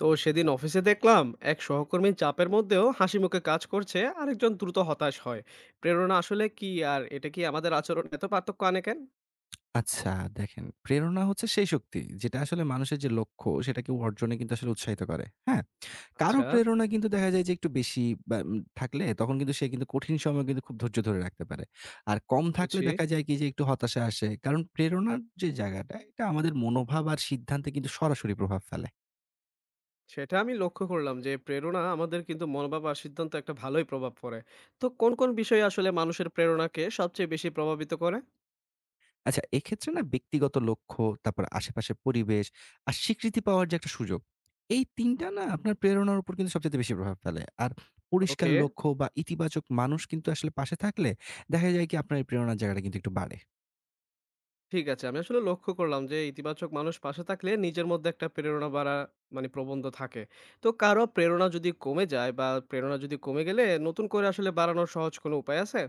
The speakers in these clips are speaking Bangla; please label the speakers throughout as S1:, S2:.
S1: তো সেদিন অফিসে দেখলাম এক সহকর্মী চাপের মধ্যেও হাসি মুখে কাজ করছে, আরেকজন দ্রুত হতাশ হয়। প্রেরণা আসলে কি, আর এটা কি আমাদের আচরণ এত পার্থক্য আনে কেন?
S2: আচ্ছা, দেখেন, প্রেরণা হচ্ছে সেই শক্তি যেটা আসলে মানুষের যে লক্ষ্য সেটাকে অর্জনে কিন্তু আসলে উৎসাহিত করে। হ্যাঁ, কারো
S1: আচ্ছা।
S2: প্রেরণা কিন্তু দেখা যায় যে একটু বেশি বা থাকলে তখন কিন্তু সে কিন্তু কঠিন সময় কিন্তু খুব ধৈর্য ধরে রাখতে পারে। আর কম থাকলে
S1: বুঝি,
S2: দেখা যায় কি যে একটু হতাশা আসে, কারণ প্রেরণার যে জায়গাটা এটা আমাদের মনোভাব আর সিদ্ধান্তে কিন্তু সরাসরি প্রভাব ফেলে।
S1: সেটা আমি লক্ষ্য করলাম যে প্রেরণা আমাদের কিন্তু মনোভাব আর সিদ্ধান্ত একটা ভালোই প্রভাব পড়ে। তো কোন কোন বিষয় আসলে মানুষের প্রেরণাকে সবচেয়ে বেশি প্রভাবিত করে?
S2: আচ্ছা, এক্ষেত্রে না ব্যক্তিগত লক্ষ্য, তারপর আশেপাশের পরিবেশ আর স্বীকৃতি পাওয়ার যে একটা সুযোগ, এই ৩ টা না আপনার প্রেরণার উপর কিন্তু সবচাইতে বেশি প্রভাব ফেলে। আর পরিষ্কার
S1: ওকে।
S2: লক্ষ্য বা ইতিবাচক মানুষ কিন্তু আসলে পাশে থাকলে দেখা যায় কি আপনার এই প্রেরণার জায়গাটা কিন্তু একটু বাড়ে।
S1: ঠিক আছে। আমি আসলে লক্ষ্য করলাম যে ইতিবাচক মানুষ পাশে থাকলে নিজের মধ্যে একটা প্রেরণা বাড়া মানে প্রবন্ধ থাকে। তো কারো প্রেরণা যদি কমে যায় বা প্রেরণা যদি কমে গেলে নতুন করে আসলে বাড়ানোর সহজ কোনো উপায় আছে?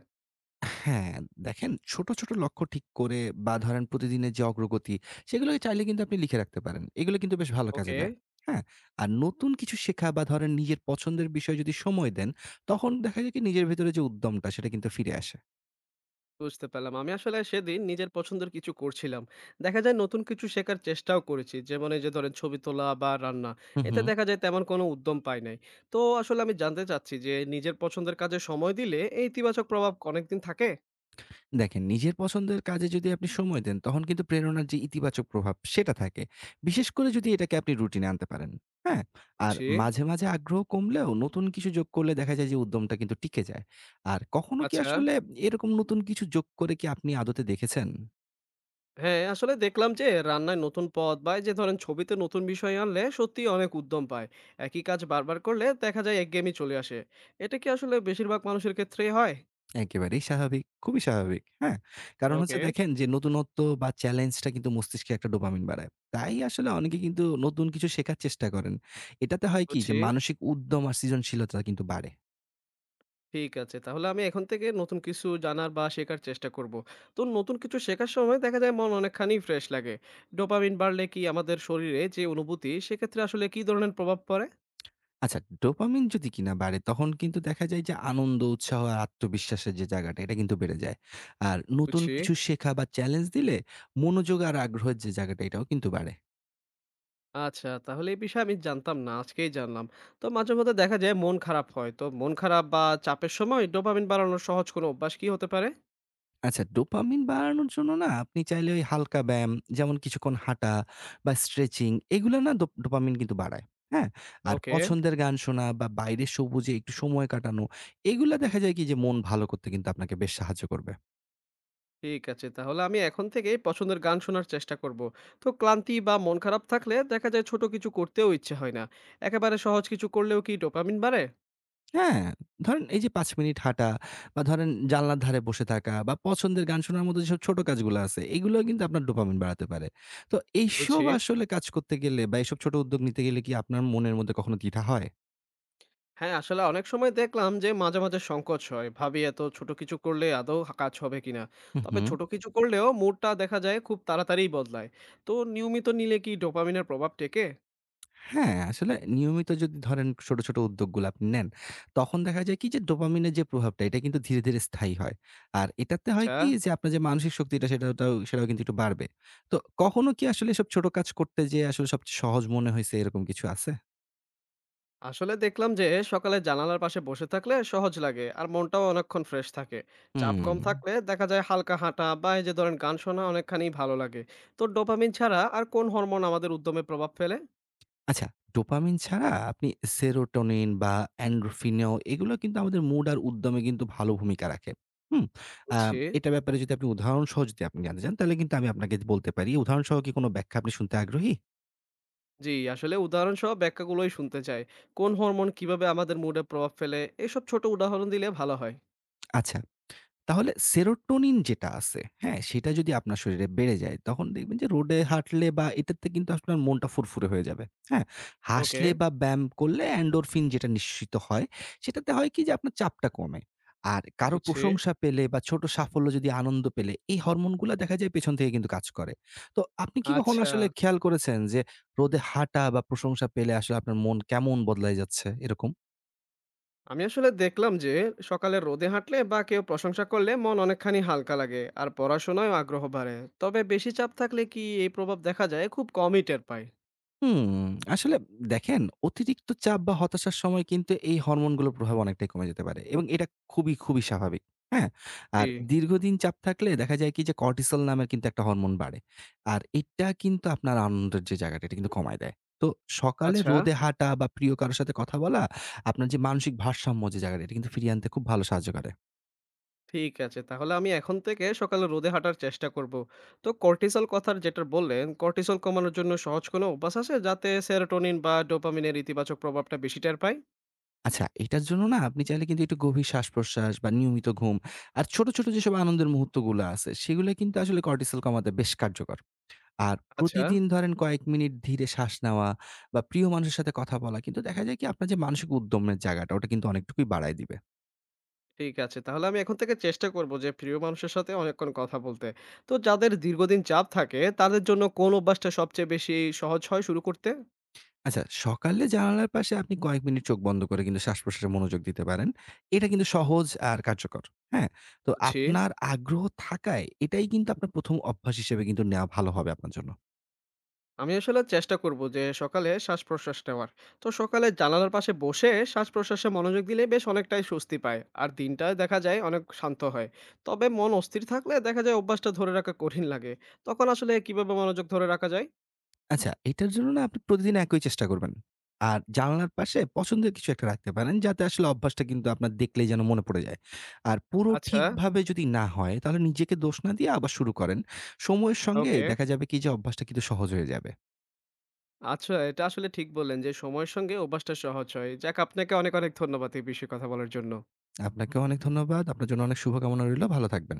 S2: হ্যাঁ, দেখেন, ছোট, ছোট লক্ষ্য ঠিক করে বা ধরেন প্রতিদিনের যে অগ্রগতি, সেগুলোকে চাইলে কিন্তু আপনি লিখে রাখতে পারেন। এগুলো কিন্তু বেশ ভালো কাজে
S1: ওকে।
S2: দেয়। হ্যাঁ? আর নতুন কিছু শেখা বা ধরেন নিজের পছন্দের বিষয়ে যদি সময় দেন, তখন দেখা যায় কি নিজের ভেতরে যে উদ্যমটা সেটা কিন্তু ফিরে আসে।
S1: বুঝতে পারলাম। আমি আসলে সেদিন নিজের পছন্দের কিছু করছিলাম। দেখা যায় নতুন কিছু শেখার চেষ্টাও করেছি। যেমন এই যে ধরেন ছবি তোলা বা রান্না।
S2: হুম,
S1: এতে
S2: হুম।
S1: দেখা যায় তেমন কোনো উদ্যম পাই নাই। তো আসলে আমি জানতে চাচ্ছি যে নিজের পছন্দের কাজে সময় দিলে এই ইতিবাচক প্রভাব অনেকদিন থাকে?
S2: দেখেন, নিজের পছন্দের কাজে যদি আপনি সময় দেন, তখন কিন্তু প্রেরণার যে ইতিবাচক প্রভাব সেটা থাকে। বিশেষ করে যদি এটাকে আপনি রুটিনে আনতে পারেন। হ্যাঁ? আর
S1: বুঝছি।
S2: মাঝে, মাঝে আগ্রহ কমলেও নতুন কিছু যোগ করলে দেখা যায় যে উদ্যমটা কিন্তু টিকে যায়। আর কখনো কি
S1: আচ্ছা।
S2: আসলে এরকম নতুন কিছু যোগ করে কি আপনি আদতে দেখেছেন?
S1: হ্যাঁ, আসলে দেখলাম যে রান্নায় নতুন পদ বা এই যে ধরেন ছবিতে নতুন বিষয় আনলে সত্যিই অনেক উদ্যম পায়। একই কাজ বারবার করলে দেখা যায় একঘেয়েমি চলে আসে। এটা কি আসলে বেশিরভাগ মানুষের ক্ষেত্রেই হয়?
S2: একেবারেই স্বাভাবিক, খুবই স্বাভাবিক। হ্যাঁ? কারণ হচ্ছে
S1: ওকে।
S2: দেখেন যে নতুনত্ব বা চ্যালেঞ্জটা কিন্তু মস্তিষ্কে একটা ডোপামিন বাড়ায়। তাই আসলে অনেকে কিন্তু নতুন কিছু শেখার চেষ্টা করেন। এটাতে হয় কি যে
S1: বুঝছি।
S2: মানসিক উদ্যম আর সৃজনশীলতা কিন্তু বাড়ে।
S1: ঠিক আছে, তাহলে আমি এখন থেকে নতুন কিছু জানার বা শেখার চেষ্টা করব। তো নতুন কিছু শেখার সময় দেখা যায় মন অনেকখানি ফ্রেশ লাগে। ডোপামিন বাড়লে কি আমাদের শরীরে যে অনুভূতি সেক্ষেত্রে আসলে কি ধরনের প্রভাব পড়ে?
S2: আচ্ছা, ডোপামিন যদি কিনা বাড়ে, তখন কিন্তু দেখা যায় যে আনন্দ, উৎসাহ আর আত্মবিশ্বাসের যে জায়গাটা, এটা কিন্তু বেড়ে যায়। আর নতুন
S1: বুঝছি।
S2: কিছু শেখা বা চ্যালেঞ্জ দিলে মনোযোগ আর আগ্রহের যে জায়গাটা, এটাও কিন্তু বাড়ে।
S1: আচ্ছা, তাহলে এই বিষয়ে আমি জানতাম না। আজকেই জানলাম। তো মাঝেমধ্যে দেখা যায় মন খারাপ হয়। তো মন খারাপ বা চাপের সময় ডোপামিন বাড়ানোর সহজ কোনো অভ্যাস কি হতে পারে?
S2: আচ্ছা, ডোপামিন বাড়ানোর জন্য না আপনি চাইলে ওই হালকা ব্যায়াম, যেমন কিছুক্ষণ হাঁটা বা স্ট্রেচিং, এগুলো না ডোপামিন কিন্তু বাড়ায়। হ্যাঁ? আর
S1: ওকে,
S2: পছন্দের গান শোনা বা বাইরে সবুজে একটু সময় কাটানো, এগুলা দেখা যায় কি যে মন ভালো করতে কিন্তু আপনাকে বেশ সাহায্য করবে।
S1: ঠিক আছে। তাহলে আমি এখন থেকেই পছন্দের গান শোনার চেষ্টা করব। তো ক্লান্তি বা মন খারাপ থাকলে দেখা যায় ছোট কিছু করতেও ইচ্ছে হয় না। একেবারে সহজ কিছু করলেও কি ডোপামিন বাড়ে?
S2: হ্যাঁ, ধরেন এই যে ৫ মিনিট হাঁটা বা ধরেন জানলার ধারে বসে থাকা বা পছন্দের গান শোনার মতো যেসব ছোট কাজগুলো আছে, এগুলোও কিন্তু আপনার ডোপামিন বাড়াতে পারে। তো এইসব
S1: বুঝছি।
S2: আসলে কাজ করতে গেলে বা এইসব ছোট উদ্যোগ নিতে গেলে কি আপনার মনের মধ্যে কখনো দ্বিধা হয়?
S1: হ্যাঁ, আসলে অনেক সময় দেখলাম যে মাঝে, মাঝে সংকোচ হয়। ভাবি এত ছোট কিছু করলে আদৌ হা কাজ হবে কিনা?
S2: হুম,
S1: তবে
S2: হুম।
S1: ছোট কিছু করলেও মুডটা দেখা যায় খুব তাড়াতাড়িই বদলায়। তো নিয়মিত নিলে কি ডোপামিনের প্রভাব টেকে?
S2: হ্যাঁ, আসলে নিয়মিত যদি ধরেন ছোট, ছোট উদ্যোগগুলো আপনি নেন, তখন দেখা যায় কি যে ডোপামিনের যে প্রভাবটা এটা কিন্তু ধীরে, ধীরে স্থায়ী হয়। আর এটাতে হয়
S1: আচ্ছা,
S2: কি যে আপনার যে মানসিক শক্তিটা সেটাও কিন্তু একটু বাড়বে। তো কখনো কি আসলে এসব ছোট কাজ করতে যেয়ে আসলে সবচেয়ে সহজ মনে হইছে এরকম কিছু আছে?
S1: আসলে দেখলাম যে সকালে জানালার পাশে বসে থাকলে সহজ লাগে আর মনটাও অনেকক্ষণ ফ্রেশ থাকে। চাপ
S2: হুম।
S1: কম থাকলে দেখা যায় হালকা হাঁটা বা এই যে ধরেন গান শোনা অনেকখানি ভালো লাগে। তো ডোপামিন ছাড়া আর কোন হরমোন আমাদের উদ্যমে প্রভাব ফেলে?
S2: আচ্ছা, ডোপামিন ছাড়া আপনি সেরোটোনিন বা এন্ডোরফিনও, এগুলো কিন্তু আমাদের মুড আর উদ্যমে কিন্তু ভালো ভূমিকা রাখে। হুম? আ
S1: বুঝছি।
S2: এটা ব্যাপারে যদি আপনি উদাহরণ সহ যদি আপনি জানতে চান তাহলে কিন্তু আমি আপনাকে বলতে পারি। উদাহরণসহ কি কোন ব্যাখ্যা আপনি শুনতে আগ্রহী?
S1: জি, আসলে উদাহরণসহ ব্যাখ্যাগুলোই শুনতে চাই। কোন হরমোন কিভাবে আমাদের মুডে প্রভাব ফেলে? এসব ছোট উদাহরণ দিলে ভালো হয়।
S2: আচ্ছা। তাহলে সেরোটোনিন যেটা আছে, হ্যাঁ? সেটা যদি আপনার শরীরে বেড়ে যায়, তখন দেখবেন যে রোডে হাঁটলে বা এটাতে কিন্তু আপনার মনটা ফুরফুরে হয়ে যাবে। হ্যাঁ?
S1: ওকে,
S2: হাসলে বা ব্যায়াম করলে এন্ডোরফিন যেটা নিঃসৃত হয়, সেটাতে হয় কি যে আপনার চাপটা কমে। আর কারো
S1: বুঝছি।
S2: প্রশংসা পেলে বা ছোট সাফল্য যদি আনন্দ পেলে, এই হরমোনগুলা দেখা যায় পেছন থেকে কিন্তু কাজ করে। তো আপনি কি কখনো
S1: আচ্ছা,
S2: আসলে খেয়াল করেছেন যে রোদে হাঁটা বা প্রশংসা পেলে আসলে আপনার মন কেমন বদলায় যাচ্ছে? এরকম?
S1: আমি আসলে দেখলাম যে সকালে রোদে হাঁটলে বা কেউ প্রশংসা করলে মন অনেকখানি হালকা লাগে আর পড়াশোনায় আগ্রহ বাড়ে। তবে বেশি চাপ থাকলে কি এই প্রভাব দেখা যায়? খুব কমই টের পাই।
S2: হুম, আসলে দেখেন, অতিরিক্ত চাপ বা হতাশার সময় কিন্তু এই হরমোনগুলোর প্রভাব অনেকটাই কমে যেতে পারে এবং এটা খুবই, খুবই স্বাভাবিক। হ্যাঁ?
S1: জি,
S2: আর দীর্ঘদিন চাপ থাকলে দেখা যায় কি যে কর্টিসল নামের কিন্তু একটা হরমোন বাড়ে। আর এটা কিন্তু আপনার আনন্দের যে জায়গাটা এটা কিন্তু কমায় দেয়। তো সকালে
S1: আচ্ছা।
S2: রোদে হাঁটা বা প্রিয় কারো সাথে কথা বলা আপনার যে মানসিক ভারসাম্য যে জায়গাটা এটা কিন্তু ফিরিয়ে আনতে খুব ভালো সাহায্য করে।
S1: ঠিক আছে। তাহলে আমি এখন থেকে সকালে রোদে হাঁটার চেষ্টা করব। তো কর্টিসল কথার যেটা বললেন, কর্টিসল কমানোর জন্য সহজ কোনো অভ্যাস আছে যাতে সেরোটোনিন বা ডোপামিনের ইতিবাচক প্রভাবটা বেশি টের পাই?
S2: আচ্ছা, এটার জন্য না আপনি চাইলে কিন্তু একটু গভীর শ্বাস-প্রশ্বাস বা নিয়মিত ঘুম আর ছোট, ছোট যেসব আনন্দের মুহূর্তগুলো আছে, সেগুলো কিন্তু আসলে কর্টিসল কমাতে বেশ কার্যকর। আর
S1: আচ্ছা,
S2: প্রতিদিন ধরেন কয়েক মিনিট ধীরে শ্বাস নেওয়া বা প্রিয় মানুষের সাথে কথা বলা কিন্তু দেখা যায় কি আপনার যে মানসিক উদ্যমের জায়গাটা ওটা কিন্তু অনেকটুকুই বাড়ায় দিবে।
S1: ঠিক আছে। তাহলে আমি এখন থেকে চেষ্টা করব যে প্রিয় মানুষের সাথে অনেকক্ষণ কথা বলতে। তো যাদের দীর্ঘদিন চাপ থাকে তাদের জন্য কোন অভ্যাসটা সবচেয়ে বেশি সহজ হয় শুরু করতে?
S2: আচ্ছা, সকালে জানালার পাশে আপনি কয়েক মিনিট চোখ বন্ধ করে কিন্তু শ্বাস-প্রশ্বাসে মনোযোগ দিতে পারেন। এটা কিন্তু সহজ আর কার্যকর। হ্যাঁ? তো
S1: বুঝছি।
S2: আপনার আগ্রহ থাকায় এটাই কিন্তু আপনার ১ম অভ্যাস হিসেবে কিন্তু নেওয়া ভালো হবে আপনার জন্য।
S1: আমি আসলে চেষ্টা করব যে সকালে শ্বাসপ্রশ্বাস নেওয়ার। তো সকালে জানালার পাশে বসে শ্বাসপ্রশ্বাসে মনোযোগ দিলে বেশ অনেকটাই স্বস্তি পায়। আর দিনটা দেখা যায় অনেক শান্ত হয়। তবে মন অস্থির থাকলে দেখা যায় অভ্যাসটা ধরে রাখা কঠিন লাগে। তখন আসলে কিভাবে মনোযোগ ধরে রাখা যায়?
S2: আচ্ছা, এটার জন্য না আপনি প্রতিদিন একই চেষ্টা করবেন। আর জানালার পাশে পছন্দের কিছু একটা রাখতে পারেন, যাতে আসলে অভ্যাসটা কিন্তু আপনার দেখলেই যেন মনে পড়ে যায়। আর পুরো
S1: আচ্ছা,
S2: ঠিকভাবে যদি না হয়, তাহলে নিজেকে দোষ না দিয়ে আবার শুরু করেন। সময়ের সঙ্গে
S1: ওকে।
S2: দেখা যাবে কি যে অভ্যাসটা কিন্তু সহজ হয়ে যাবে।
S1: আচ্ছা, এটা আসলে ঠিক বললেন যে সময়ের সঙ্গে অভ্যাসটা সহজ হয়। যাক আপনাকে অনেক, অনেক ধন্যবাদ এই বিষয়ে কথা বলার জন্য।
S2: আপনাকেও অনেক ধন্যবাদ। আপনার জন্য অনেক শুভকামনা রইলো। ভালো থাকবেন।